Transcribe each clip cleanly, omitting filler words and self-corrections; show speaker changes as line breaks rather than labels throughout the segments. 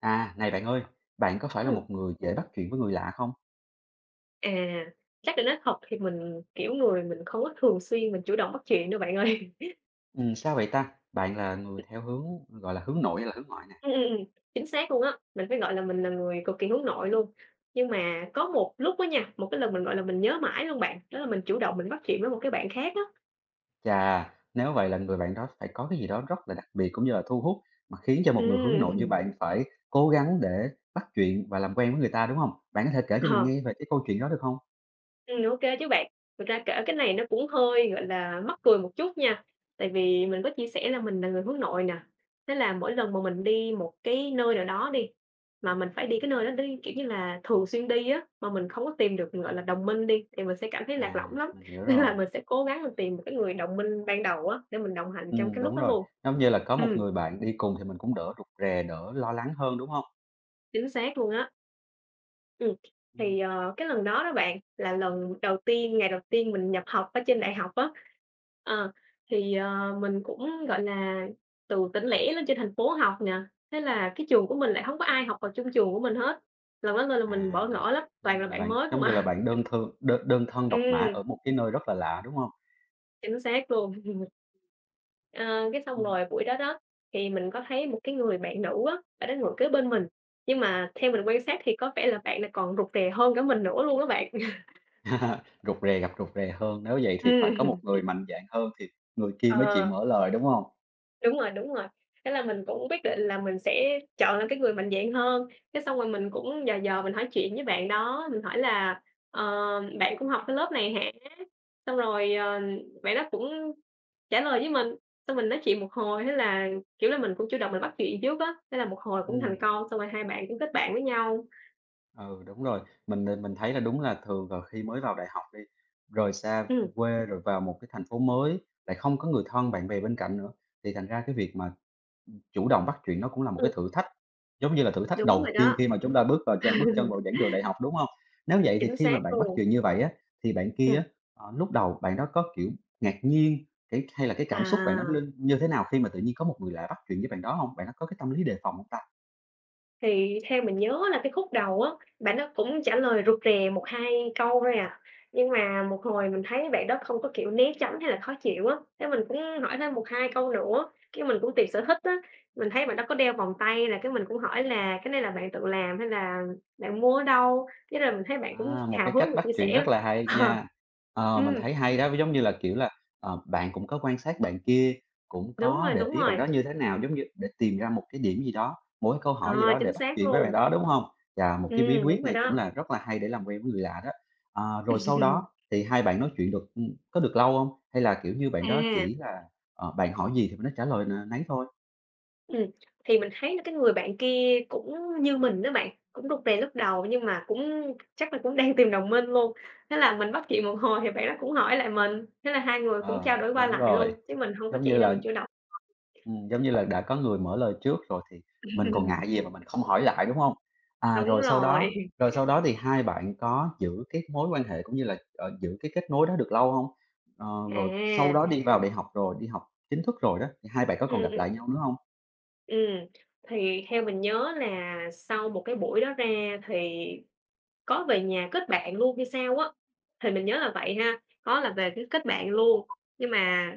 À, này bạn ơi, bạn có phải là một
Ừm,
người dễ bắt chuyện với người lạ không?
à, Chắc là nói thật thì mình, kiểu, người mình không có thường xuyên mình chủ động bắt chuyện đâu bạn ơi.
Sao vậy ta? Bạn là người theo hướng, hướng nội hay là hướng ngoại nè?
Ừm, ừm, ừm, Chính xác luôn á, mình phải gọi là mình là người cực kỳ hướng nội luôn. Nhưng mà có một lúc á nha, một cái lần mình, gọi là, mình nhớ mãi luôn bạn, đó là mình chủ động mình bắt chuyện với một cái bạn khác á.
Chà, nếu vậy là người bạn đó phải có cái gì đó rất là đặc biệt cũng như là thu hút mà khiến cho một người hướng nội như
Ừm.
bạn phải cố gắng để bắt chuyện và làm quen với người ta, đúng không? Bạn có thể kể cho mình
Ờ.
nghe về cái câu chuyện đó được không?
Ô kê chứ bạn. Thực ra kể cái này nó cũng hơi, gọi là, mắc cười một chút nha, tại vì mình có chia sẻ là mình là người hướng nội nè, thế là mỗi lần mà mình đi một cái nơi nào đó đi, mà mình phải đi cái nơi đó đi, kiểu như là, thường xuyên đi á, mà mình không có tìm được, gọi là, đồng minh đi, thì mình sẽ cảm thấy lạc lõng
À,
lắm,
mình hiểu
nên là
rồi.
mình sẽ cố gắng mình tìm một cái người đồng minh ban đầu á, để mình đồng hành trong cái lúc
Đúng
đó
rồi,
luôn.
giống như là có một
Ừm,
người bạn đi cùng thì mình cũng đỡ rụt rè, đỡ lo lắng hơn, đúng không?
Chính xác luôn á. Ừm,
Ừm.
cái lần đó đó bạn, là lần đầu tiên ngày đầu tiên mình nhập học ở trên đại học á. Ờ, mình cũng, gọi là, từ tỉnh lẻ lên trên thành phố học nè, thế là cái trường của mình lại hổng có ai học vào chung trường của mình hết, lần đó nên là mình
À,
bỡ ngỡ lắm, toàn
nên
là
là
bạn
bạn
mới
giống
không
như là
à.
bạn đơn thương đơn đơn thân độc mã
Ừm,
ở một cái nơi rất là lạ, đúng không?
chính xác luôn. Ờ, cái xong
Ừm.
rồi buổi đó đó, thì mình có thấy một cái người bạn nữ á, bạn đó ngồi kế bên mình, nhưng mà theo mình quan sát thì có vẻ là bạn này còn rụt rè hơn cả mình nữa luôn á bạn.
Rụt rè gặp rụt rè hơn, nếu vậy thì phải có một
Ừm.
người mạnh dạn hơn thì người kia mới chịu
Ờ,
mở lời, đúng không?
Đúng rồi, đúng rồi. Thế là mình cũng quyết định là mình sẽ chọn là cái người mạnh dạn hơn, thế xong rồi mình cũng dò dò mình hỏi chuyện với bạn đó, mình hỏi là "Ờ, bạn cũng học cái lớp này hả?" Xong rồi, ờ, Bạn đó cũng trả lời với mình, xong mình nói chuyện một hồi, thế là, kiểu là, mình cũng chủ động mình bắt chuyện trước á, thế là một hồi cũng thành
Ừm,
công, xong rồi hai bạn cũng kết bạn với nhau.
ừ, đúng rồi, mình thấy là đúng là thường là khi mới vào đại học đi, rời xa
Ừm,
quê rồi vào một cái thành phố mới, lại không có người thân bạn bè bên cạnh nữa, thì thành ra cái việc mà chủ động bắt chuyện nó cũng là một
ừm.
cái thử thách, giống như là thử thách
Đúng
đầu
rồi
tiên
đó.
khi mà chúng ta bước chân vào giảng đường đại học, đúng không? Nếu vậy thì
Chính
khi mà
xác
bạn bắt
luôn.
chuyện như vậy á, thì bạn kia
Ừm.
á, lúc đầu bạn đó có, kiểu, ngạc nhiên, cái hay là cái cảm xúc bạn nó
À.
lên như thế nào khi mà tự nhiên có một người lạ bắt chuyện với bạn đó hông? Bạn đó có cái tâm lý đề phòng hông ta?
Thì theo mình nhớ là cái khúc đầu á, bạn đó cũng trả lời rụt rè một 2 câu thôi à, nhưng mà một hồi mình thấy bạn đó không có, kiểu, né tránh hay là khó chịu á, thế mình cũng hỏi thêm một 2 câu nữa, cái mình cũng tìm sở thích á, mình thấy bạn đó có đeo vòng tay là cái mình cũng hỏi là "Cái này là bạn tự làm hay là bạn mua ở đâu?" Thế là mình thấy bạn cũng
À, một
hào
cái
hứng
cách
và
bắt
chia
chuyện
sẻ
rất là hay
ờ,
nha. Ờ, mình
ừm,
thấy hay đó, giống như là, kiểu là, ờ, bạn cũng có quan sát bạn kia, cũng
Đúng
có
rồi,
để
đúng
ý bạn
rồi,
đó như thế nào, giống như để tìm ra một cái điểm gì đó, một cái câu
ờ,
hỏi gì đó để
Chính
bắt
xác
chuyện với bạn
luôn,
đó, đúng không? Và một cái bí
đúng
quyết
rồi
này cũng
đó.
là rất là hay để làm quen với người lạ đó. Ờ, rồi sau đó thì hai bạn nói chuyện được ừ, có được lâu không? Hay là, kiểu như, bạn đó
À.
chỉ là, ờ, bạn hỏi gì thì bạn đó trả lời n nấy thôi?
Ừm, thì mình thấy là cái người bạn kia cũng như mình đó bạn, cũng rụt rè lúc đầu nhưng mà cũng chắc là cũng đang tìm đồng minh luôn. Thế là mình bắt chuyện một hồi thì bạn đó cũng hỏi lại mình, thế là hai người cũng trao
Ờ,
đổi qua
đúng
lại
rồi,
luôn, chứ mình hông có
giống như
chỉ là
là
mình chủ động.
giống như là đã có người mở lời trước rồi thì mình còn ngại gì mà mình không hỏi lại, đúng không? À,
Đúng rồi,
rồi sau đó thì hai bạn có giữ cái mối quan hệ cũng như là, ờ, giữ cái kết nối đó được lâu không? Ờ, rồi sau
à,
đó đi vào đại học rồi, đi học chính thức rồi đó, thì hai bạn có
ừm,
còn
ừm,
gặp
ừm.
lại nhau nữa không?
Ừm, thì theo mình nhớ là sau một cái buổi đó ra thì có về nhà kết bạn luôn hay sao á, thì mình nhớ là vậy ha, có là về cái kết bạn luôn. Nhưng mà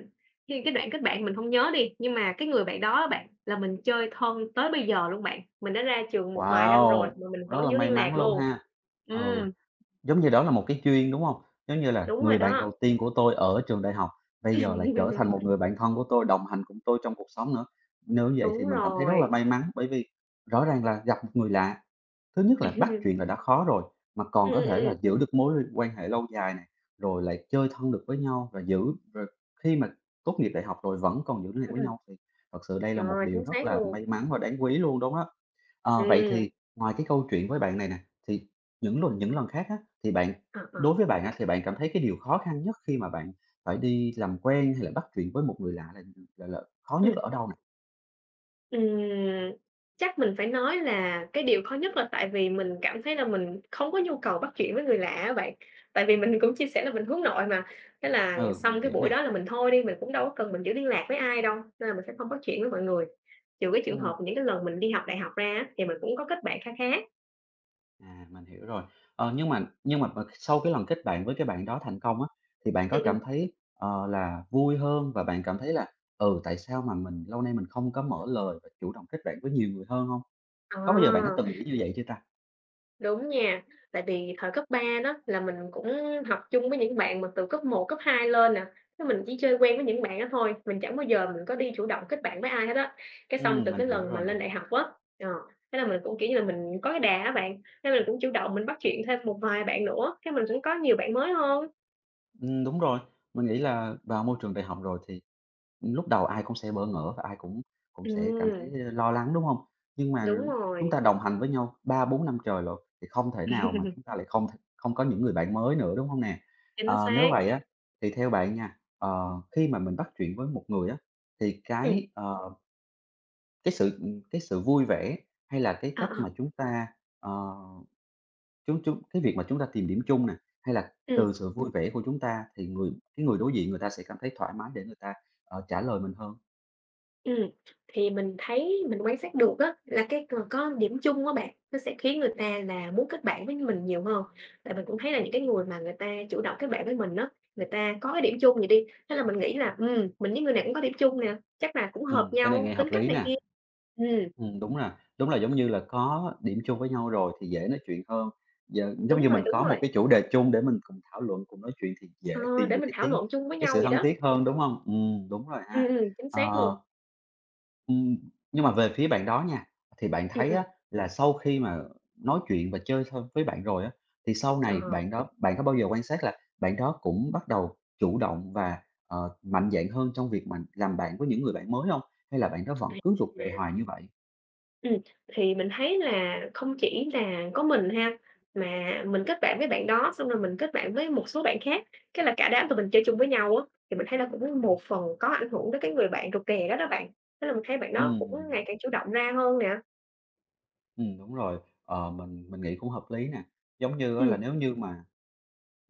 khi cái đoạn kết bạn mình không nhớ đi, nhưng mà cái người bạn đó á bạn, là mình chơi thân tới bây giờ luôn bạn. Mình đã ra trường một vài năm rồi
Wow,
mà mình
rất
vẫn
là
giữ
may
liên
mắn
lạc
luôn
luôn.
ha. Ừ.
Ừm.
Giống như đó là một cái duyên, đúng hông? Giống như là
Đúng
người
rồi
bạn đầu
đó.
tiên của tôi ở trường đại học, bây giờ lại trở thành một người bạn thân của tôi, đồng hành cùng tôi trong cuộc sống nữa. Nếu như vậy thì
Đúng
mình cảm thấy rất là
rồi.
may mắn, bởi vì rõ ràng là gặp một người lạ. Thứ nhất là bắt chuyện là đã khó rồi, mà còn
Ừm,
có
ừm, ừm,
thể là
ừm.
giữ được mối l quan hệ lâu dài này rồi lại chơi thân được với nhau và giữ rồi khi mà tốt nghiệp đại học rồi vẫn còn giữ liên lạc với
Ừm,
nhau thì thật sự đây là một
Rồi,
điều
chính
rất
xác
là
luôn.
may mắn và đáng quý luôn đúng đó. Ờ, vậy
ừ
thì ngoài cái câu chuyện với bạn này nè, thì những lần khác á, thì
ờ, ờ.
đối với bạn á, thì bạn cảm thấy cái điều khó khăn nhất khi mà bạn phải đi làm quen hay là bắt chuyện với một người lạ là là khó nhất là ở đâu nè?
Ừm, Chắc mình phải nói là cái điều khó nhất là tại vì mình cảm thấy là mình không có nhu cầu bắt chuyện với người lạ á bạn. Tại vì mình cũng chia sẻ là mình hướng nội mà, thế là
Ừ, mình
xong cái
hiểu
buổi
nè.
đó là mình thôi đi, mình cũng đâu có cần mình giữ liên lạc với ai đâu, nên là mình sẽ không bắt chuyện với mọi người. Trừ cái trường
Ừm.
hợp những cái lần mình đi học đại học ra á, thì mình cũng có kết bạn khá khá.
À, mình hiểu rồi. Ờ, nhưng mà sau cái lần kết bạn với cái bạn đó thành công á, thì bạn có
ừ
cảm
ừ
thấy, ờ, là vui hơn và bạn cảm thấy là, ừ, tại sao mà mình lâu nay mình không có mở lời và chủ động kết bạn với nhiều người hơn không?
Ờ.
Có bao giờ bạn đã từng nghĩ như vậy chưa ta?
Đúng nha, tại vì thời cấp 3 đó là mình cũng học chung với những bạn mà từ cấp một cấp 2 lên nè, thế mình chỉ chơi quen với những bạn đó thôi, mình chẳng bao giờ mình có đi chủ động kết bạn với ai hết á. Cái xong từ
Mình
cái
hiểu
lần
rồi
mà lên
nè.
đại học á, ờ, thế là mình cũng, kiểu như là, mình có cái đà á bạn, thế mình cũng chủ động mình bắt chuyện thêm một vài bạn nữa, cái mình cũng có nhiều bạn mới hơn.
Đúng rồi, mình nghĩ là vào môi trường đại học rồi thì lúc đầu ai cũng sẽ bỡ ngỡ và ai cũng cũng sẽ cảm thấy
Ừm,
lo lắng, đúng không? Nhưng mà
đúng
chúng ta
rồi,
đồng hành với nhau 3 4 năm trời rồi thì không thể nào mà chúng ta lại không có những người bạn mới nữa, đúng không nè?
chính
Ờ, nếu
xác.
vậy á, thì theo bạn nha, ờ, khi mà mình bắt chuyện với một người á, thì
Ừm,
cái, ờ, cái sự, ừ, cái sự vui vẻ hay là cái
ờ,
cách mà
ờ,
chúng ta, ờ, chúng chúng cái việc mà chúng ta tìm điểm chung nè, hay là
ừm.
từ sự vui vẻ của chúng ta thì cái người đối diện người ta sẽ cảm thấy thoải mái để người ta, ờ, trả lời mình hơn?
ừ thì mình thấy mình quan sát được á, là cái có điểm chung á bạn, nó sẽ khiến người ta là muốn kết bạn với mình nhiều hơn. Tại mình cũng thấy là những cái người mà người ta chủ động kết bạn với mình á, người ta có cái điểm chung gì đi, thế là mình nghĩ là, mình với người này cũng có điểm chung nè, chắc là cũng hợp
Cái này
nhau,
nghe
tính
hợp
cách
lý
này
nè.
kia. Ừm,
Đúng là giống như là có điểm chung với nhau rồi thì dễ nói chuyện hơn. Giờ giống
đúng
như
rồi,
mình
đúng
có một
rồi,
cái chủ đề chung để mình cùng thảo luận, cùng nói chuyện thì
ờ,
dễ tìm
để
được
mình thảo luận chung với
cái
nhau
sự
vậy
thân
đó.
thiết hơn, đúng không? Đúng rồi ha.
Chính xác
Ờ.
luôn.
Ừm, nhưng mà về phía bạn đó nha, thì bạn
Ừm,
thấy á,
ừm,
là sau khi mà nói chuyện và chơi thân với bạn rồi á, thì sau
ờ.
này bạn có bao giờ quan sát là bạn đó cũng bắt đầu chủ động và, ờ, mạnh dạn hơn trong việc mà làm bạn với những người bạn mới không? Hay là bạn đó vẫn cứ rụt rè hoài như vậy?
Ừm, thì mình thấy là không chỉ là có mình ha, mà mình kết bạn với bạn đó, xong rồi mình kết bạn với một số bạn khác, cái là cả đám tụi mình chơi chung với nhau á, thì mình thấy là cũng một phần có ảnh hưởng tới cái người bạn rụt rè đó đó bạn. Thế là mình thấy bạn đó cũng
Ừm,
ngày càng chủ động ra hơn nè.
đúng rồi, ờ, mình nghĩ cũng hợp lý nè. Giống như á, là
Ừm.
nếu như mà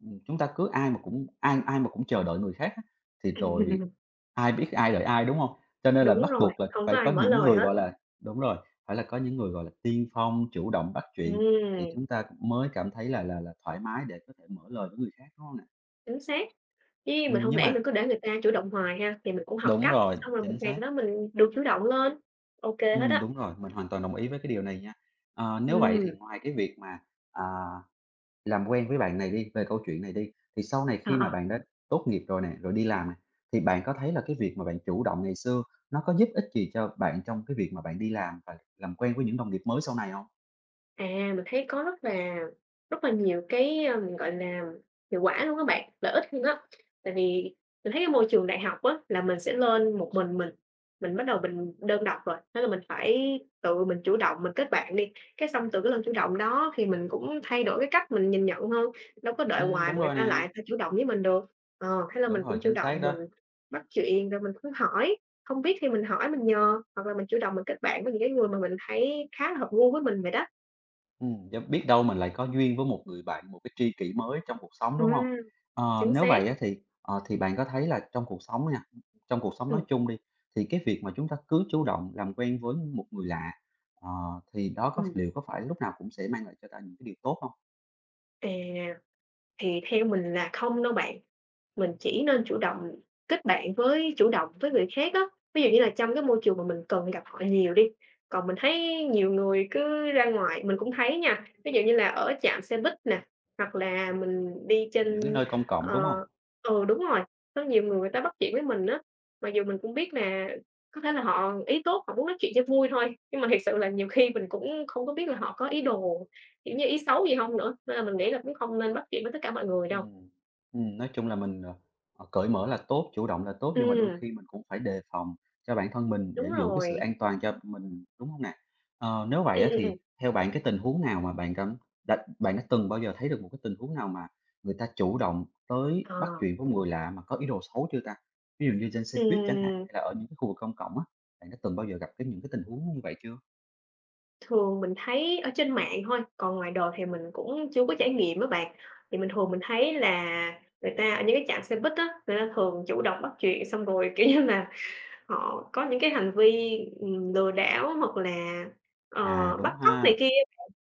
ừm, chúng ta cứ ai ai mà cũng chờ đợi người khác á, thì rồi ai biết ai đợi ai, đúng hông? Cho nên là
Đúng
bắt
rồi,
buộc là
không có
phải
ai
có
mở
những
lời
người,
hết.
gọi là đúng rồi, phải là có những người, gọi là, tiên phong, chủ động bắt chuyện thì
Ừm,
chúng ta cũng mới cảm thấy là thoải mái để có thể mở lời với người khác, đúng hông nè?
Chính xác, chứ mình không
Nhưng
để mình
mà
cứ để người ta chủ động hoài ha, thì mình cũng học
đúng
cách,
rồi,
xong rồi một
chính
ngày
xác.
đó mình được chủ động lên, ok hết á.
Đúng rồi, mình hoàn toàn đồng ý với cái điều này nha. Ờ, nếu vậy thì
Ừm,
ngoài cái việc mà, à, làm quen với bạn này đi, về câu chuyện này đi, thì sau này
ờ,
khi mà
ờ.
bạn đã tốt nghiệp rồi nè, rồi đi làm nè, thì bạn có thấy là cái việc mà bạn chủ động ngày xưa nó có giúp ích gì cho bạn trong cái việc mà bạn đi làm và làm quen với những đồng nghiệp mới sau này không?
À, mình thấy có rất là nhiều cái, ờ, mình, gọi là, hiệu quả luôn các bạn, lợi ích luôn á. Tại vì mình thấy cái môi trường đại học á, là mình sẽ lên một mình, mình bắt đầu mình đơn độc rồi, thế là mình phải tự mình chủ động, mình kết bạn đi, cái xong từ cái lần chủ động đó thì mình cũng thay đổi cái cách mình nhìn nhận hơn, đâu có đợi hoài mà
Đúng
người
rồi
ta
nè,
lại ta chủ động với mình được. Ờ, thế là
đúng
mình
rồi,
cũng chủ
chính xác
động
đó.
mình bắt chuyện rồi mình cứ hỏi, không biết thì mình hỏi mình nhờ, hoặc là mình chủ động mình kết bạn với những cái người mà mình thấy khá là hợp gu với mình vậy đó.
D biết đâu mình lại có duyên với một người bạn, một cái tri kỷ mới trong cuộc sống, đúng không?
Ừm,
Ờ,
chính
nếu
xác.
vậy á thì, ờ, thì bạn có thấy là trong cuộc sống nha, trong cuộc sống nói
Ừm,
chung đi, thì cái việc mà chúng ta cứ chủ động làm quen với một người lạ, ờ, thì đó có
ừm,
liệu có phải lúc nào cũng sẽ mang lại cho ta những cái điều tốt không?
à, thì theo mình là không đâu bạn. Mình chỉ nên chủ động kết bạn với chủ động với người khác á, ví dụ như là trong cái môi trường mà mình cần gặp họ nhiều đi. Còn mình thấy nhiều người cứ ra ngoài mình cũng thấy nha, ví dụ như là ở trạm xe buýt nè, hoặc là mình đi
Những cái
trên
nơi công cộng, đúng không?
ờ, ừ, đúng rồi, có nhiều người người ta bắt chuyện với mình á, mặc dù mình cũng biết là có thể là họ ý tốt, họ muốn nói chuyện cho vui thôi, nhưng mà thiệt sự là nhiều khi mình cũng không có biết là họ có ý đồ, kiểu như, ý xấu gì không nữa, nên là mình nghĩ là cũng không nên bắt chuyện với tất cả mọi người đâu.
Ừm, nói chung là mình, cởi mở là tốt, chủ động là tốt, nhưng mà đôi
Ừm.
khi mình cũng phải đề phòng cho bản thân mình để
Đúng
giữ cái sự
rồi,
an toàn cho mình, đúng không nè? Ờ, nếu vậy
ừ
á
ừ
thì
ừm,
theo bạn cái tình huống nào mà bạn đã từng bao giờ thấy được một cái tình huống nào mà người ta chủ động tới
ờ,
bắt chuyện với người lạ mà có ý đồ xấu chưa ta? Ví dụ như trên xe buýt chẳng hạn,
ừm,
hay là ở những cái khu vực công cộng á, bạn đã từng bao giờ gặp những cái tình huống như vậy chưa?
thường mình thấy ở trên mạng thôi, còn ngoài đời thì mình cũng chưa có trải nghiệm á bạn. Thì mình thường mình thấy là người ta ở những cái trạm xe buýt á, người ta thường chủ động bắt chuyện xong rồi, kiểu như là, họ có những cái hành vi, lừa đảo hoặc là,
À, đúng
bắt cóc
ha.
này kia.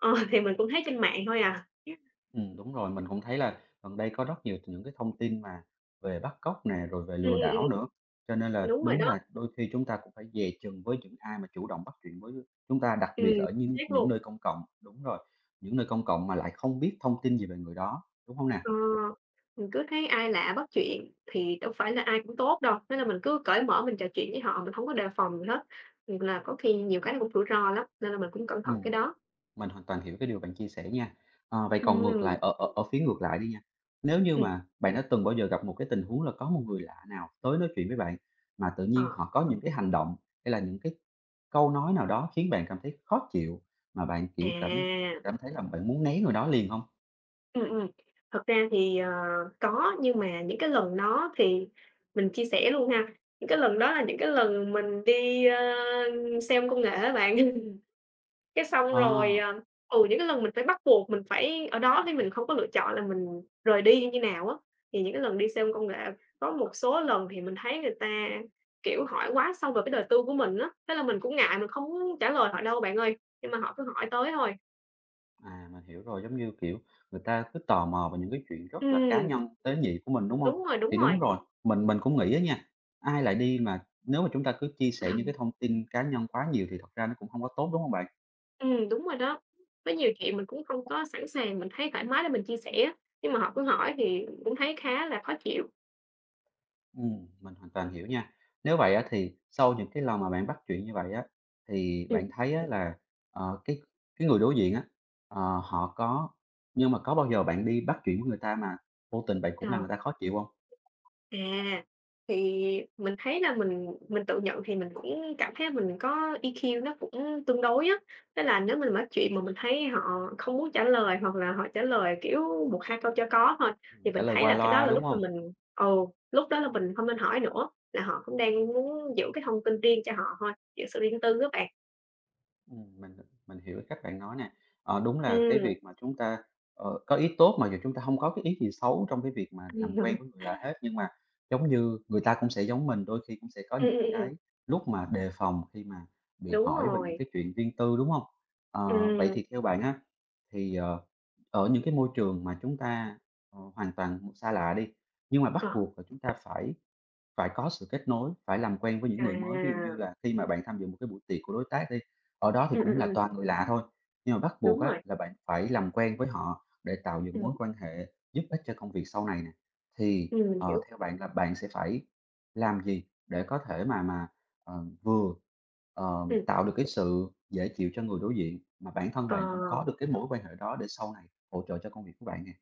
Ờ, thì mình cũng thấy trên mạng thôi à.
Đúng rồi, mình cũng thấy là gần đây có rất nhiều những cái thông tin mà về bắt cóc nè, rồi về
Ừm,
lừa
ừm,
đảo nữa, cho nên là
Đúng rồi
đúng
đó,
là đôi khi chúng ta cũng phải dè chừng với những ai mà chủ động bắt chuyện với chúng ta, đặc biệt
ừm,
là ở những
xác
những
luôn.
nơi công cộng. Đúng rồi, những nơi công cộng mà lại không biết thông tin gì về người đó, đúng không nè?
Ờ, mình cứ thấy ai lạ bắt chuyện thì đâu phải là ai cũng tốt đâu, nên là mình cứ cởi mở mình trò chuyện với họ, mình không có đề phòng gì hết, thì là có khi nhiều cái nó cũng rủi ro lắm, nên là mình cũng cẩn
Ừm.
thận cái đó.
Mình hoàn toàn hiểu cái điều bạn chia sẻ nha. Vậy còn ngược
Ừm,
lại, ở ở ở phía ngược lại đi nha, nếu như
ừ
mà bạn đã từng bao giờ gặp một cái tình huống là có một người lạ nào tới nói chuyện với bạn, mà tự
ờ,
nhiên họ có những cái hành động hay là những cái câu nói nào đó khiến bạn cảm thấy khó chịu, mà bạn, kiểu, cảm
à,
cảm thấy là bạn muốn né người đó liền không?
ừ ừ. Thật ra thì, có, nhưng mà những cái lần đó thì mình chia sẻ luôn ha, những cái lần đó là những cái lần mình đi, sale công nghệ á bạn. Cái xong
Ờ.
rồi, những cái lần mình phải bắt buộc mình phải ở đó thì mình không có lựa chọn là mình rời đi như nào á, thì những cái lần đi xe ôm công nghệ có một số lần thì mình thấy người ta, kiểu, hỏi quá sâu về cái đời tư của mình á, thế là mình cũng ngại mình không muốn trả lời họ đâu bạn ơi, nhưng mà họ cứ hỏi tới thôi.
À, mình hiểu rồi, giống như, kiểu, người ta cứ tò mò vào những cái chuyện rất là cá
Ừm,
nhân, tế nhị của mình, đúng không?
đúng rồi, đúng
Thì
rồi.
đúng rồi, mình cũng nghĩ á nha, ai lại đi mà nếu mà chúng ta cứ chia sẻ những cái
Ừm,
thông tin cá nhân quá nhiều thì thật ra nó cũng không có tốt, đúng không bạn?
đúng rồi đó. Với nhiều chuyện mình cũng không có sẵn sàng, mình thấy thoải mái để mình chia sẻ nhưng mà họ cứ hỏi thì cũng thấy khá là khó chịu.
Mình hoàn toàn hiểu nha. Nếu vậy á thì sau những cái lần mà bạn bắt chuyện như vậy á, thì
Ừm,
bạn thấy á là, cái người đối diện á, họ có nhưng mà có bao giờ bạn đi bắt chuyện với người ta mà vô tình bạn cũng làm người
ờ.
ta khó chịu không?
À, thì mình thấy là mình tự nhận thì mình cũng cảm thấy mình có EQ nó cũng tương đối á. Tức là nếu mình nói chuyện mà mình thấy họ không muốn trả lời hoặc là họ trả lời, kiểu, một hai câu cho có thôi, thì
Trả
mình
lời
thấy
qua
là cái
loa,
đó là
đúng
lúc mà
không?
mình lúc đó là mình không nên hỏi nữa, là họ cũng đang muốn giữ cái thông tin riêng cho họ thôi, giữ sự riêng tư các bạn.
Ừm, mình mình hiểu cái cách bạn nói nè. Ờ, đúng là cái
Ừm.
việc mà chúng ta, có ý tốt mà dù chúng ta không có cái ý gì xấu trong cái việc mà làm quen
Ừm,
với người lạ hết, nhưng mà giống như người ta cũng sẽ giống mình, đôi khi cũng sẽ có những
ừm, ừm,
cái
ừm,
lúc mà đề phòng khi mà bị
đúng
hỏi về những
rồi.
cái chuyện riêng tư, đúng không? Ờ, vậy
Ừm,
thì theo bạn á, thì, ở những cái môi trường mà chúng ta, hoàn toàn xa lạ đi, nhưng mà bắt
ờ,
buộc là chúng ta phải phải có sự kết nối, phải làm quen với những người mới. Ví dụ như
à,
là khi mà bạn tham dự một cái buổi tiệc của đối tác đi, ở đó thì
ừm, ừm,
cũng là
ừm,
toàn người lạ thôi, nhưng mà bắt buộc
đúng
á
rồi.
là bạn phải làm quen với họ để tạo dựng
Ừm,
mối quan hệ giúp ích cho công việc sau này nè. Thì,
mình hiểu.
theo bạn là bạn sẽ phải làm gì để có thể mà vừa,
Ừm,
tạo được cái sự dễ chịu cho người đối diện, mà bản thân
ờ.
bạn cũng có được cái mối quan hệ đó để sau này hỗ trợ cho công việc của bạn nè?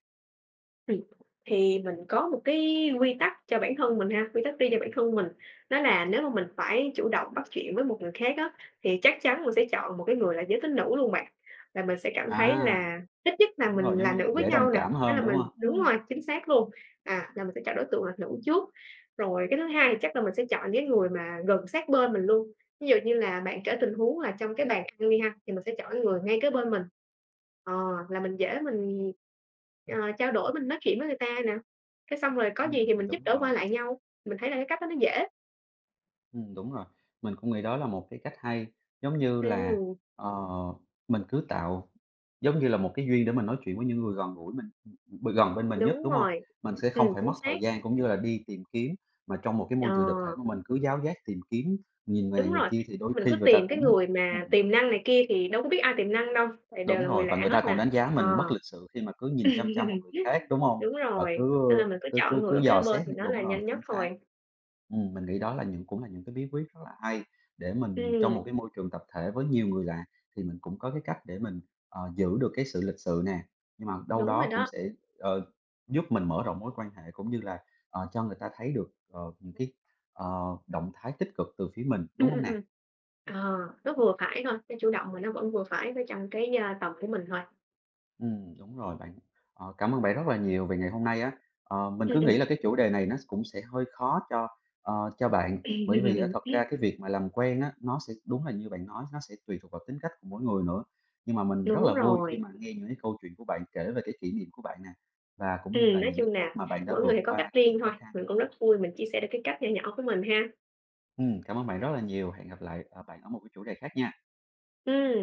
Ừm, thì mình có một cái quy tắc cho bản thân mình ha, quy tắc riêng cho bản thân mình, đó là nếu mà mình phải chủ động bắt chuyện với một người khác á, thì chắc chắn mình sẽ chọn một cái người là giới tính nữ luôn bạn. Là mình sẽ cảm
À,
thấy là ít nhất là
đúng rồi,
mình
giống
là
như
nữ với
dễ đồng
nhau nè,
cảm
thế
hơn,
là
đúng
mình
không?
đúng rồi, chính xác luôn, à, là mình sẽ chọn đối tượng là nữ trước. Rồi cái thứ hai thì chắc là mình sẽ chọn cái người mà gần sát bên mình luôn. Ví dụ như là bạn kể tình huống là trong cái bàn ăn đi ha, thì mình sẽ chọn người ngay kế bên mình. Ờ, là mình dễ trao đổi, mình nói chuyện với người ta nè, cái xong rồi có gì thì mình giúp
Đúng
đỡ qua
rồi.
lại nhau, mình thấy là cái cách đó nó dễ.
Đúng rồi. Mình cũng nghĩ đó là một cái cách hay, giống như là,
Ừm,
ờ, mình cứ tạo giống như là một cái duyên để mình nói chuyện với những người gần gũi mình, gần bên mình nhất,
đúng
đúng không?
rồi,
Mình sẽ không phải mất
chính xác.
thời gian cũng như là đi tìm kiếm, mà trong một cái
Ờ,
môi trường tập thể mà mình cứ giáo giác tìm kiếm, nhìn về
đúng
người
rồi,
kia thì đôi
mình cứ
khi người ta
tìm cái
cũng
người mà
ừm.
tiềm năng này kia thì đâu có biết ai tiềm năng đâu, tại đều
Đúng
là người
rồi, và
lạ
người
hết
ta còn
mà.
đánh giá
Ờ.
mình bất lịch sự khi mà cứ nhìn chăm chăm vào người khác, đúng hông?
Đúng
Và
rồi,
cứ
nên là mình cứ
cứ cứ
chọn người
cứ
ở kế
dò
bên
xét
thì nó
đúng
là
rồi,
nhanh nhất
chính xác.
thôi.
Mình nghĩ đó là những cũng là những cái bí quyết rất là hay để mình trong
Ừm,
một cái môi trường tập thể với nhiều người lạ thì mình cũng có cái cách để mình, giữ được cái sự lịch sự nè, nhưng mà đâu
đúng rồi
đó cũng
đó.
sẽ, ờ, giúp mình mở rộng mối quan hệ cũng như là, cho người ta thấy được, những cái, động thái tích cực từ phía mình, đúng
Ừm,
hông
ừm,
nè?
ừm. Ờ, nó vừa phải thôi, nó chủ động mà nó vẫn vừa phải với trong cái, tầm của mình thôi.
Đúng rồi bạn. Ờ, cảm ơn bạn rất là nhiều về ngày hôm nay á. Ờ, mình cứ nghĩ
Ừm,
là cái chủ đề này nó cũng sẽ hơi khó cho, cho bạn, bởi vì á
ừm.
thật ra cái việc mà làm quen á, nó sẽ đúng là như bạn nói, nó sẽ tùy thuộc vào tính cách của mỗi người nữa. Nhưng mà mình rất
Đúng
là vui khi
rồi.
mà nghe những cái câu chuyện của bạn kể về cái kỷ niệm của bạn nè, và cũng như là
Nói
những cái
chung
cách
nà
mà bạn đã
mỗi người
vượt
thì có cách
qua cái
riêng
sự khó
thôi,
khăn,
mình
đó
cũng rất
hông?
vui mình chia sẻ được cái cách nho nhỏ của mình ha.
Cảm ơn bạn rất là nhiều. Hẹn gặp lại, bạn ở một cái chủ đề khác nha.
Ừm.